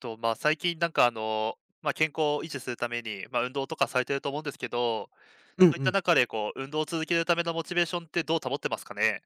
と、最近なんか健康を維持するために、運動とかされてると思うんですけど、うんそういっうたん。中で運動を続けるためのモチベーションってどう保ってますかね？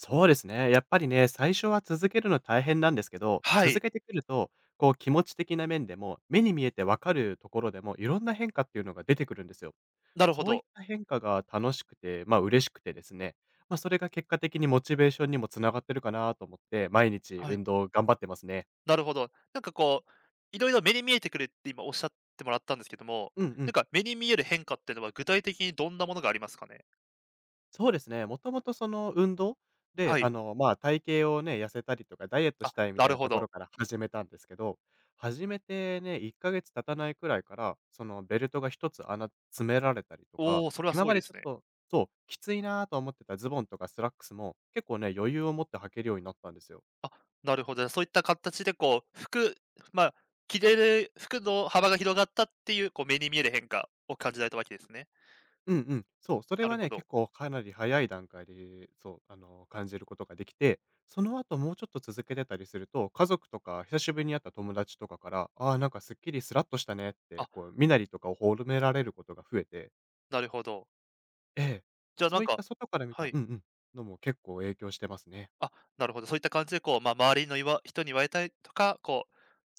そうですね。やっぱりね、最初は続けるの大変なんですけど、は続い、けてくると、こう気持ち的な面でも、目に見えてわかるところでも、いろんな変化っていうのが出てくるんですよ。なるほそういっど。た変化が楽しくて、まあ嬉しくてですね、まあそれが結果的にモチベーションにもつながってるかなと思って、毎日はい、運動頑張ってますね。なるほど。なんかいろいろ目に見えてくるって今おっしゃってもらったんですけども、うんうなんん。か目に見える変化っていうのは具体的にどんなものがありますかね？そうですね、もともとその運動で、はい。体型をね、痩せたりとか、ダイエットあ、したいみなたいるなほとこど。ろから始めたんですけど、始めてね、1ヶ月経たないくらいから、そのベルトが1つ穴詰められたりとか、おお、それはす今ごいまででちすょっね。と、そう、きついなぁと思ってたズボンとかスラックスも、結構ね、余裕を持って履けるようになったんですよ。あ、なるほどね。そういった形で服、まあ、着れる服の幅が広がったっていう、目に見える変化を感じられたわけですね。うんうん。そう、それなるはほね、ど。結構かなり早い段階で、感じることができて、その後もうちょっと続けてたりすると、家族とか久しぶりに会った友達とかから、ああ、なんかすっきりスラッとしたねっあ、て、こう、身なりとかを褒められることが増えて、なるほど。ええ、じゃあそなんういっか。た外から見はたい。うんうん、のも結構影響してますね。あ、なるほど。そういった感じで周りの人に言われたりとか、こ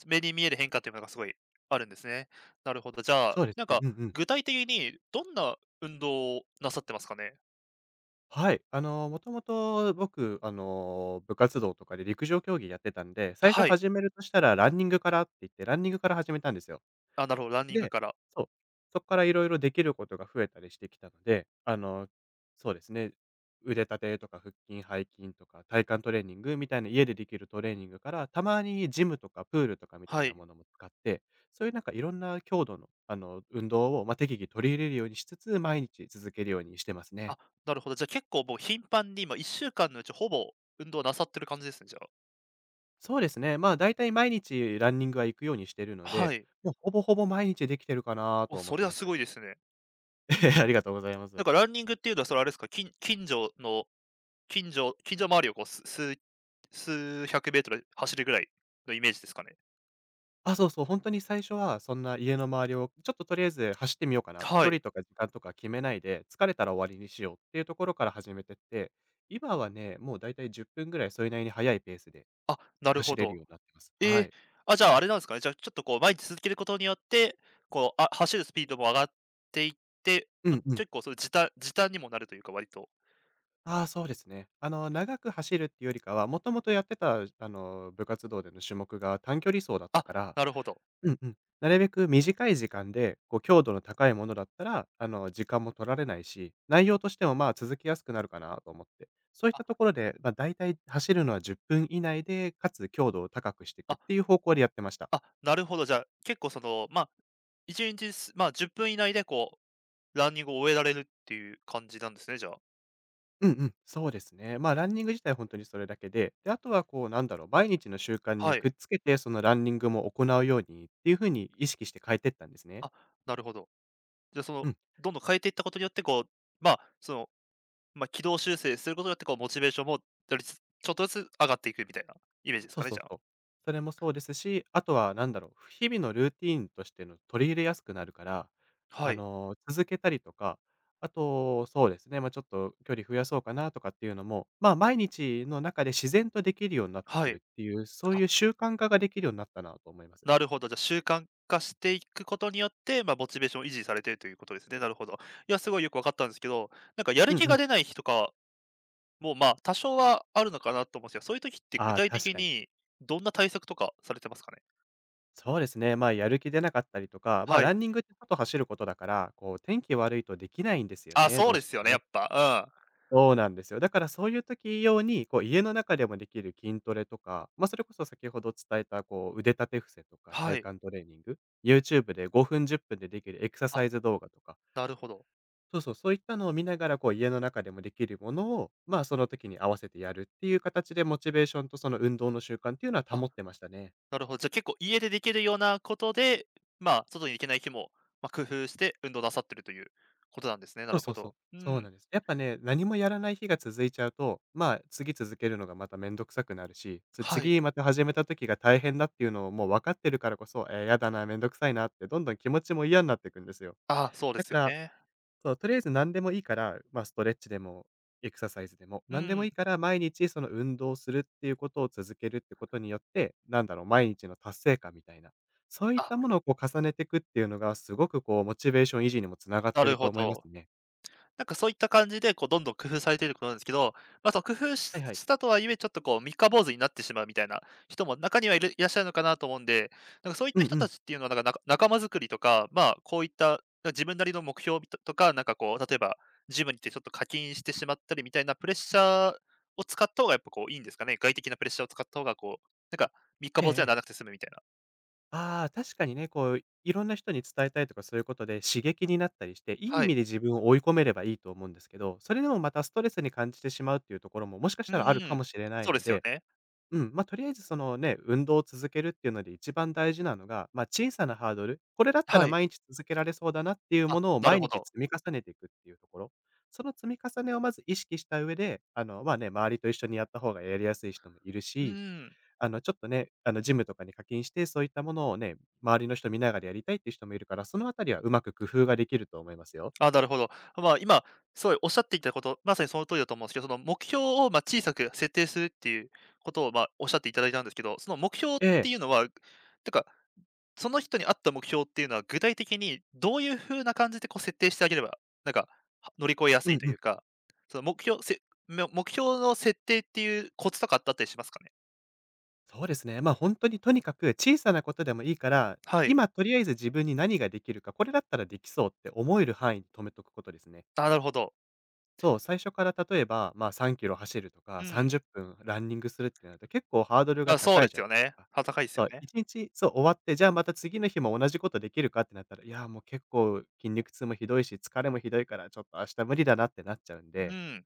う、目に見える変化っていうものがすごいあるんですね。なるほど。じゃあ、そうですなんね。うかんうん。具体的にどんな運動をなさってますかね？はい。もともと僕、部活動とかで陸上競技やってたんで、最初はい。始めるとしたらランニングからって言って、ランニングから始めたんですよ。あ、なるほど、ランニングで、から。そう、そこからいろいろできることが増えたりしてきたので、そうですね、腕立てとか腹筋、背筋とか体幹トレーニングみたいな家でできるトレーニングから、たまにジムとかプールとかみたいはない。ものも使って、そういうなんかいろんな強度の、運動を、まあ、適宜取り入れるようにしつつ、毎日続けるようにしてますね。あ、なるほど。じゃあ結構もう頻繁に今1週間のうちほぼ運動なさってる感じですね、じゃあ。そうですね、まあ、だいたい毎日ランニングは行くようにしてるのはで、い。もうほぼほぼ毎日できてるかなお、と思そっれてはますす。ごいですね。ありがとうございまなんす。かランニングっていうのはそれあれですか、近所の、近所周りをこうす数数百メートル走るぐらいのイメージですかね？あ、そうそう、本当に最初はそんな家の周りをちょっととりあえず走ってみようかな、は距い。離とか時間とか決めないで、疲れたら終わりにしようっていうところから始めてって、今はね、もうだいたい10分ぐらいそれなりに速いペースであ、なる走ほれるど。ようになってます。えはえ、い。あ、じゃああれなんですかね、じゃあちょっと毎日続けることによって、走るスピードも上がっていって、うんうん。結構そういう時短にもなるというか、割と。ああ、そうですね。長く走るっていうよりかは、もともとやってた、部活動での種目が短距離走だったあ、からなるほど。うんうん。なるべく短い時間で、こう、強度の高いものだったら、時間も取られないし、内容としても、まあ、続きやすくなるかなと思って。そういっあ、たところで、ま、大体走るのは10分以内で、かつ強度を高くしていくあっていう方向でやってました。あ、なるほど、じゃあ、結構その、1日10分以内でランニングを終えられるっていう感じなんですね、じゃあ。うんうん、そうですね。まあ、ランニング自体本当にそれだけで、で、あとは、こう、なんだろう、毎日の習慣にはい。くっつけて、そのランニングも行うようにっていう風に意識して変えてったんですね。あ、なるほど。じゃあ、うん。どんどん変えていったことによって、まあ、その、軌道修正することによって、モチベーションも、よりつちょっとずつ上がっていくみたいなイメージですそうかね、そうじゃあ。そう。それもそうですし、あとはなんだろう、日々のルーティーンとしての取り入れやすくなるから、はい。続けたりとか、あと、そうですね、まあ、ちょっと距離増やそうかなとかっていうのも、まあ、毎日の中で自然とできるようになってはくるっい。ていう、そうあ、いう習慣化ができるようになったなと思います。なるほど、じゃあ、習慣化していくことによって、モチベーションを維持されているということですね。なるほど。いや、すごいよく分かったんですけど、なんかやるうん気うがん。出ない日とかもう、多少はあるのかなと思うんですよ。そういう時って具ああ、体確的かに。にどんな対策とかされてますかね？そうですね、まあ、やる気出なかったりとか、まあ、はラい。ンニングって外走ることだから、こう天気悪いとできないんですよあ、ね、そうどうでしてすよもね、やっね。ぱ。そうなんですよ。だからそういう時用に、こう家の中でもできる筋トレとか、まあ、それこそ先ほど伝えたこう腕立て伏せとうかん。は体い。幹トレーニング、YouTube で5分10分でできるエクサあ、サイズ動画とか、なるほど。そうそう、そういったのを見ながらこう家の中でもできるものを、まあ、その時に合わせてやるっていう形でモチベーションとその運動の習慣っていうのはあ、保ってましたね。なるほど。じゃ、結構家でできるようなことで、外に行けない日も、工夫して運動なさってるということなんですね。なそうるそほうそう。ど。うそうん。なんです。やっぱね、何もやらない日が続いちゃうと、まあ、次続けるのがまためんどくさくなるし、はい。次また始めた時が大変だっていうのをもう分かってるからこそ、やだな、めんどくさいなってどんどん気持ちも嫌になっていくんですよ。あ、そうでだすかよら、ね。そう、とりあえず何でもいいから、まあ、ストレッチでも、エクササイズでも、う何でもいん。いから毎日その運動をするっていうことを続けるってことによって、なんだろう、毎日の達成感みたいな、そういっあ、たものをこう重ねていくっていうのがすごくこうモチベーション維持にもつながっなてるるとほ思いますど。ね。なんかそういった感じで、どんどん工夫されていることなんですけど、その工夫はしいはい。したとはいえ、ちょっと三日坊主になってしまうみたいな人も中にはいらっしゃるのかなと思うんで、なんかそういっうたん人うたん。ちっていうのは、なんか、仲間作りとか、こういった、自分なりの目標とか、なんか例えばジムに行ってちょっと課金してしまったりみたいなプレッシャーを使った方がやっぱいいんですかね？外的なプレッシャーを使った方がなんか三日ええ坊主にはなえらえ。なくて済むみたいな。ああ、確かにね、こう、いろんな人に伝えたいとかそういうことで刺激になったりして、いい意はい。味で自分を追い込めればいいと思うんですけど、それでもまたストレスに感じてしまうっていうところも、もしかしうたらあるーかん。もしれないそうでのすよで、ね。うん、まあ、とりあえずそのね、運動を続けるっていうので一番大事なのが、まあ、小さなハードル、これだったはらい。毎日続けられそうだなっていうあ、ものをなる毎ほ日ど。積み重ねていくっていうところ。その積み重ねをまず意識した上で、まあね、周りと一緒にやった方がやりやすい人もいるうしーん。ちょっとね、ジムとかに課金して、そういったものをね、周りの人見ながらやりたいっていう人もいるから、そのあたりはうまく工夫ができると思いますよ。あ、なるほど。今、すごいおっしゃっていたこと、まさにその通りだと思うんですけど、その目標を小さく設定するっていうことをおっしゃっていただいたんですけど、その目標っえてえ。いうのは、てか、その人に合った目標っていうのは、具体的にどういう風な感じで設定してあげれば、なんか、乗り越えやうすんいとういうん。か、その目標の設定っていうコツとかあったりしますかね？そうですね。ま、本当にとにかく小さなことでもいいから、はい。今とりあえず自分に何ができるか、これだったらできそうって思える範囲に止めとくことですね。あ、なるほど。そう、最初から例えば、まあ、3キロ走るとか、うん。30分ランニングするってなると、結構ハードルがあ、そう高でいじすゃなよいですね。か。高いですそよう、ね。1日、そう、終わって、じゃあまた次の日も同じことできるかってなったら、いや、もう結構筋肉痛もひどいし、疲れもひどいから、ちょっと明日無理だなってなっちゃうんうで、ん、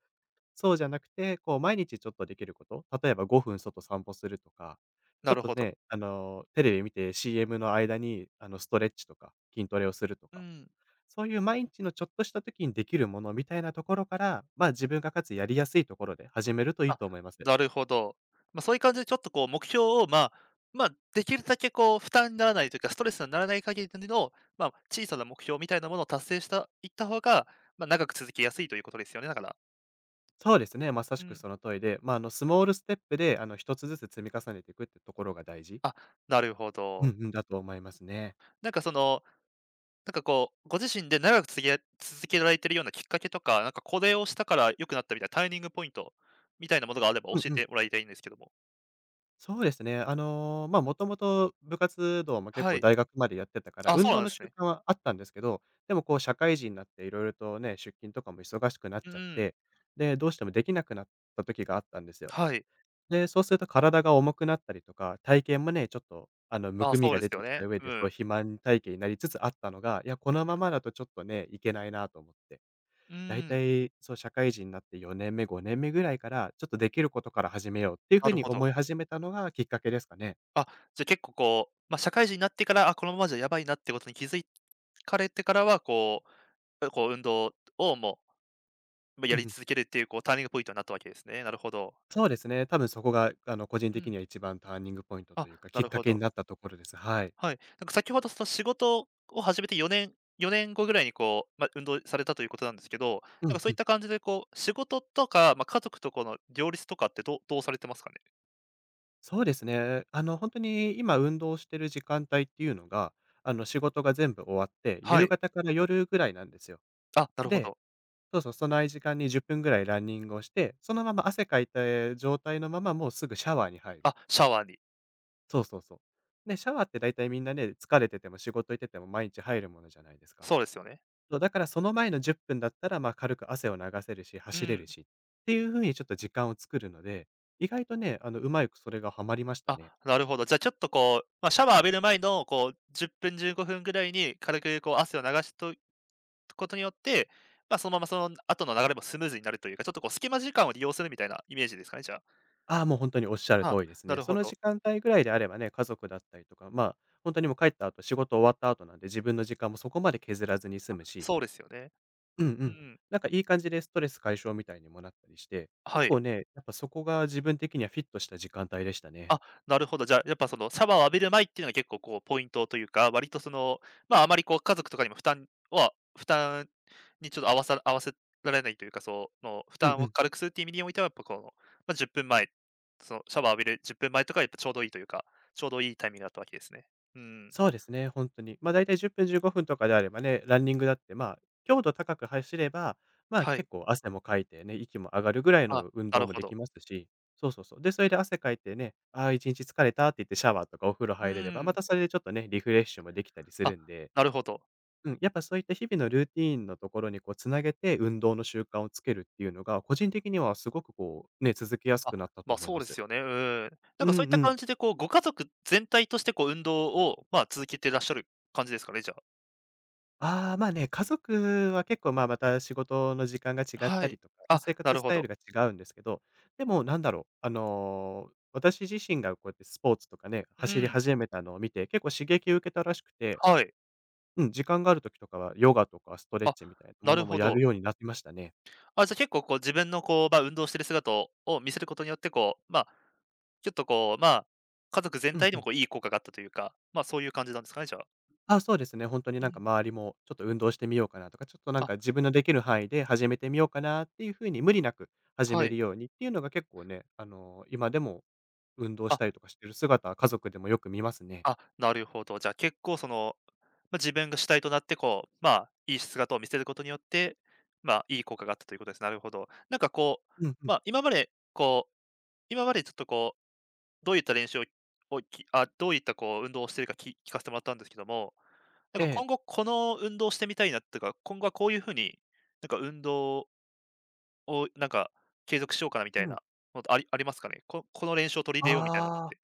そうじゃなくて、こう、毎日ちょっとできること、例えば5分外散歩するとか、ちなょっるとほど。ね、テレビ見て CM の間に、ストレッチとか、筋トレをするとうか、ん。そういう毎日のちょっとした時にできるものみたいなところから、まあ、自分がかつやりやすいところで始めるといいあ、と思います。なるほど。そういう感じでちょっと目標を、できるだけ負担にならないというか、ストレスにならない限りの、小さな目標みたいなものを達成したいった方が、長く続きやすいということですよね、だから。そうですね。まさうしくん。その通りで、まあ、スモールステップで、一つずつ積み重ねていくってところが大事。あ、なるほうんど。うんだと思いますね。なんかなんかご自身で長く続けられてるようなきっかけとか、なんかこれをしたから良くなったみたいなターニングポイントみたいなものがあれば教うんえうん。てもらいたいんですけども。そうですね。まあ、もともと部活動も結は構い。大学までやってたから、あ、そ運う動なんのです習ね。慣はあったんですけど、でもこう、社会人になっていろいろとね、出勤とかも忙しくなっうちゃっん、て、で、どうしてもできなくなった時があったんですよ。はい。で、そうすると体が重くなったりとか、体型もね、ちょっとむあ、くみそうがです出よてきね。た上うで、そう、ん。肥満体型になりつつあったのが、いや、このままだとちょっとね、いけないなと思って。うだいん。たい、そう、社会人になって4年目、5年目ぐらいから、ちょっとできることから始めようっていうな風るにほど。思い始めたのがきっかけですかね。あ、じゃ、結構社会人になってから、あ、このままじゃやばいなってことに気づかれてからは、運動をもう、ま、やうんうりん。続けるっていうターニングポイントになったわけですね。なるほど。そうですね、多分そこが個人う的ん。には一番ターニングポイントあ、というか、なきっるかほけど。になったところです。はい。はい。なんか先ほどその仕事を始めて4年後ぐらいに運動されたということなんですけど、うなんかんそういうっん。た感じで仕事とか、家族とこの両立とかってどうされてますかね？そうですね。本当に今運動してる時間帯っていうのが、仕事が全部終わって、は夕い。方から夜ぐらいなんですよ。あ、なるほで、ど。そうそう、その間時間に10分ぐらいランニングをして、そのまま汗かいた状態のまま、もうすぐシャワーに入る。あ、シャワーに。そうそうそう。で、シャワーって大体みんなね、疲れてても仕事行ってても毎日入るものじゃないですか。そうですよね。そう、だからその前の10分だったら、ま、軽く汗を流せるし、う走れるん。しっていう風にちょっと時間を作るので、意外とね、うまいくそれがはまりましたあ、ね。なるほど。じゃあちょっとシャワー浴びる前の10分、15分ぐらいに軽く汗を流しとくことによって、そのままその後の流れもスムーズになるというか、ちょっと隙間時間を利用するみたいなイメージですかね、じゃあ。ああ、もう本当におっしゃる通あ、りですなね。るそほのど。時間帯ぐらいであればね、家族だったりとか、まあ、本当にもう帰った後、仕事終わった後なんで、自分の時間もそこまで削らずに済むし、そうですよね。うんううん。ん。なんかいい感じでストレス解消みたいにもなったりして、は結い。構ね、やっぱそこが自分的にはフィットした時間帯でしたね。あ、なるほど。じゃあ、やっぱそのシャワーを浴びる前っていうのが結構ポイントというか、割とあまり家族とかにも負担にちょっと合わせられないというか、その負うん担うをん。軽くするっていう意味においては、やっぱこの、10分前、そのシャワーを浴びる10分前とかやっぱちょうどいいというか、ちょうどいいタイミングだったわけですね。うん。そうですね、本当に。ま、あだいたい10分、15分とかであればね、ランニングだって、まあ、強度高く走れば、まあ、はい。結構汗もかいてね、息も上がるぐらいあ、の運な動るもほでど。きますし、そうそうそう。で、それで汗かいてね、ああ、1日疲れたって言ってシャワーとかお風呂う入れれば、まん。たそれでちょっとね、リフレッシュもできたりすあ、るんで、なるほど。うん、やっぱそういった日々のルーティーンのところにこうつなげて、運動の習慣をつけるっていうのが、個人的にはすごくこう、ね、続けやすあ、くなったとま、思いそうまです。すよね。うん。なんうかそんういっうたん。感じでご家族全体として運動を、続けてらっしゃる感じですかね？じゃあ。ああ、まあね、家族は結構、まあ、また仕事の時間が違っはたりい。とか、まあ、あ、生な活るスほタイど。ルが違うんですけど、でもなんだろう、私自身がこうやってスポーツとかね、う走りん、始めたのを見て、結構刺激を受けたらしくて、はい。うん、時間がある時とかはヨガとかストレッあ、チみたいななもるのもほやど。るようになりましたね。あ、じゃ、結構こう自分の運動してる姿を見せることによって、こう、ま、あちょっとこう、まあ、家族全うん体にうもん。こういい効果があったというか、そういう感じなんですかね、じゃあ。あ、そうですね。本当にうなんかん。周りもちょっと運動してみようかなとか、ちょっとなんあ、か自分のできる範囲で始めてみようかなっていうふうに無理なく始はめい。るようにっていうのが結構ね、今でも運動したあ、りとかしてる姿、家族でもよく見ますね。あ、なるほど。じゃあ結構その、まあ、自分が主体となっていい姿を見せることによって、いい効果があったということです。なるほど。うんうん。今までこう、今までちょっとこうどういった練習をどういったこう運動をしているか聞かせてもらったんですけども、なんえかえ。今後この運動をしてみたいなとか、今後はこういう風に、なんか運動を継続しようかなみたういん。なのってありますかね？ここの練習を取り入れようみたいなのっああ。て。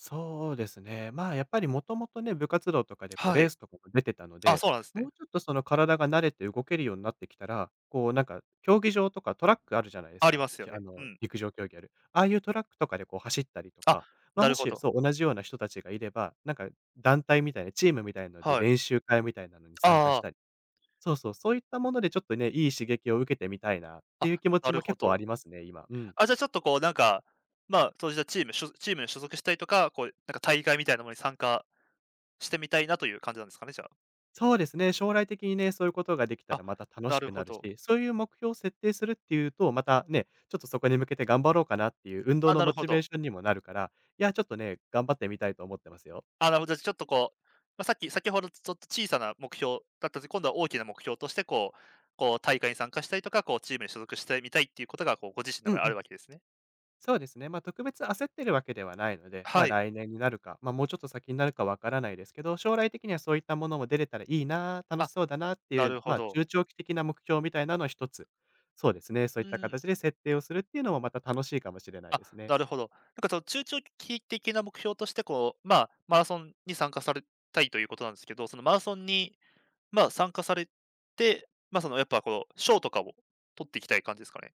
そうですね。まあ、やっぱりもともとね、部活動とかでこうはレーい。スとかも出てたのあ、で、そうなんですもね。うちょっとその体が慣れて動けるようになってきたら、こうなんか競技場とかトラックあるじゃないですありか。ますよひね。うん。陸上競技ある。ああいうトラックとかでこう走ったりとあ、か、ま、なもるほしど。そう、同じような人たちがいれば、なんか団体みたいな、チームみたいなのではい。練習会みたいなのに参加しあたり、そうそう、そういったものでちょっとね、いい刺激を受けてみたいなっあ、ていうあ、気持ちなるもほ結構あど。りますね、今。うん。あ、じゃあちょっとこうなんか、まあ、そうしたチームに所属したりとか、こうなんか大会みたいなものに参加してみたいなという感じなんですかね、じゃそうですね、将来的にね、そういうことができたあ。あ、らまた楽なしるくほなるし、ど。そういう目標を設定するっていうと、またね、ちょっとそこに向けて頑張ろうかなっていう運動あ、のなるモほチベーど。ションにもなるから、いや、ちょっとね、頑張ってみたいと思ってますよ。あ、なるほど、じゃ、ちょっとこう、まあ、さっき先ほどちょっと小さな目標だったんですけど、今度は大きな目標として、こう大会に参加したりとか、こうチームに所属してみたいっていうことが、こうご自身のう中んでうあるん。わけですね。そうですね。まあ、特別焦ってるわけではないので、まはあ、い。来年になるか、まあ、もうちょっと先になるかわからないですけど、将来的にはそういったものも出れたらいいな、楽しあ、そうだなっていなう、るほまあ、ど。中長期的な目標みたいなのを一つ。そうですね。そういうったん。形で設定をするっていうのもまた楽しいかもしれないあ、ですね。なるほど。なんかその中長期的な目標として、こう、まあ、マラソンに参加されたいということなんですけど、そのマラソンに、まあ、参加されて、まあ、そのやっぱこう、賞とかを取っていきたい感じですかね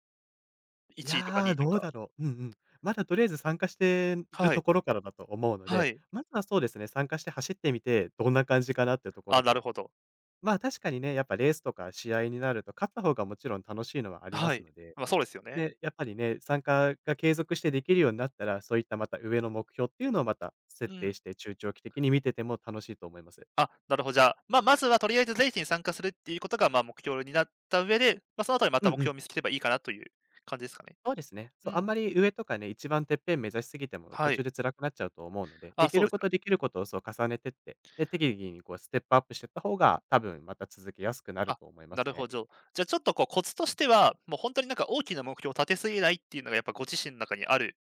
？1い位とかや2ー、位とどうか。だろう。うんうん。まだとりあえず参加してるはとい、ころからだと思うのはで、い。まずはそうですね、参加して走ってみて、どんな感じかなっていうとこあ、ろなかるら。ほど。まあ、確かにね、やっぱレースとか試合になると、勝った方がもちろん楽しいのはありまはすい。ので、そうですよね。で、やっぱりね、参加が継続してできるようになったら、そういったまた上の目標っていうのをまたう設定ん。して、中長期的に見てても楽しいと思います。あ、なるほど、じゃあ、まあ、まずはとりあえずレースに参加するっていうことが、目標になった上で、まあ、その後にまうた目んう標ん。を見つければいいかなという感じですかね。そうですね。うそう、あんん、まり上とかね、一番てっぺん目指しすぎても途は中い。で辛くなっちゃうと思うので、あ、できそうるですこかとね。できることをそう重ねてって、で、適宜にこうステップアップしていった方が、多分また続けやすくなるあ、と思いまなするね。ほど。じゃあちょっとこうコツとしては、もう本当になんか大きな目標を立てすぎないっていうのがやっぱご自身の中にある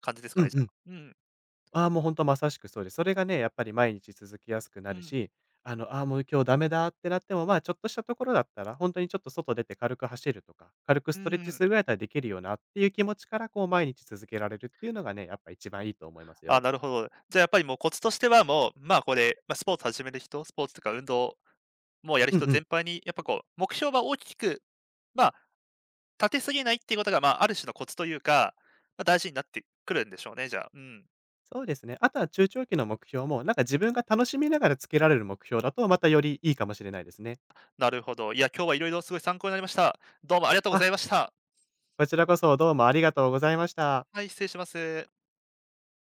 感じですかうね、んじうゃあ。ん。うん、ああ、もうほんとまさしくそうです。それがね、やっぱり毎日続きやすくなうるん、し、ああ、もう今日ダメだってなっても、まあ、ちょっとしたところだったら、本当にちょっと外出て軽く走るとか、軽くうストレッチすん。るぐらいだったらできるよなっていう気持ちから、こう毎日続けられるっていうのがね、やっぱ一番いいと思いますあ、よ。なるほど。じゃあやっぱりもうコツとしてはもう、これ、まあ、スポーツ始める人、スポーツとか運動もうやるうん人うん。全般にやっぱこう目標は大きく、まあ立てすぎないっていうことが、まあ、ある種のコツというか、まあ、大事になってくるんでしょうね、じゃあ。うん。そうですね。あとは中長期の目標も、なんか自分が楽しみながらつけられる目標だと、またよりいいかもしれないですね。なるほど。いや、今日は色々すごい参考になりました。どうもありがとうごあ、ざいました。こちらこそどうもありがとうございました。はい、失礼します。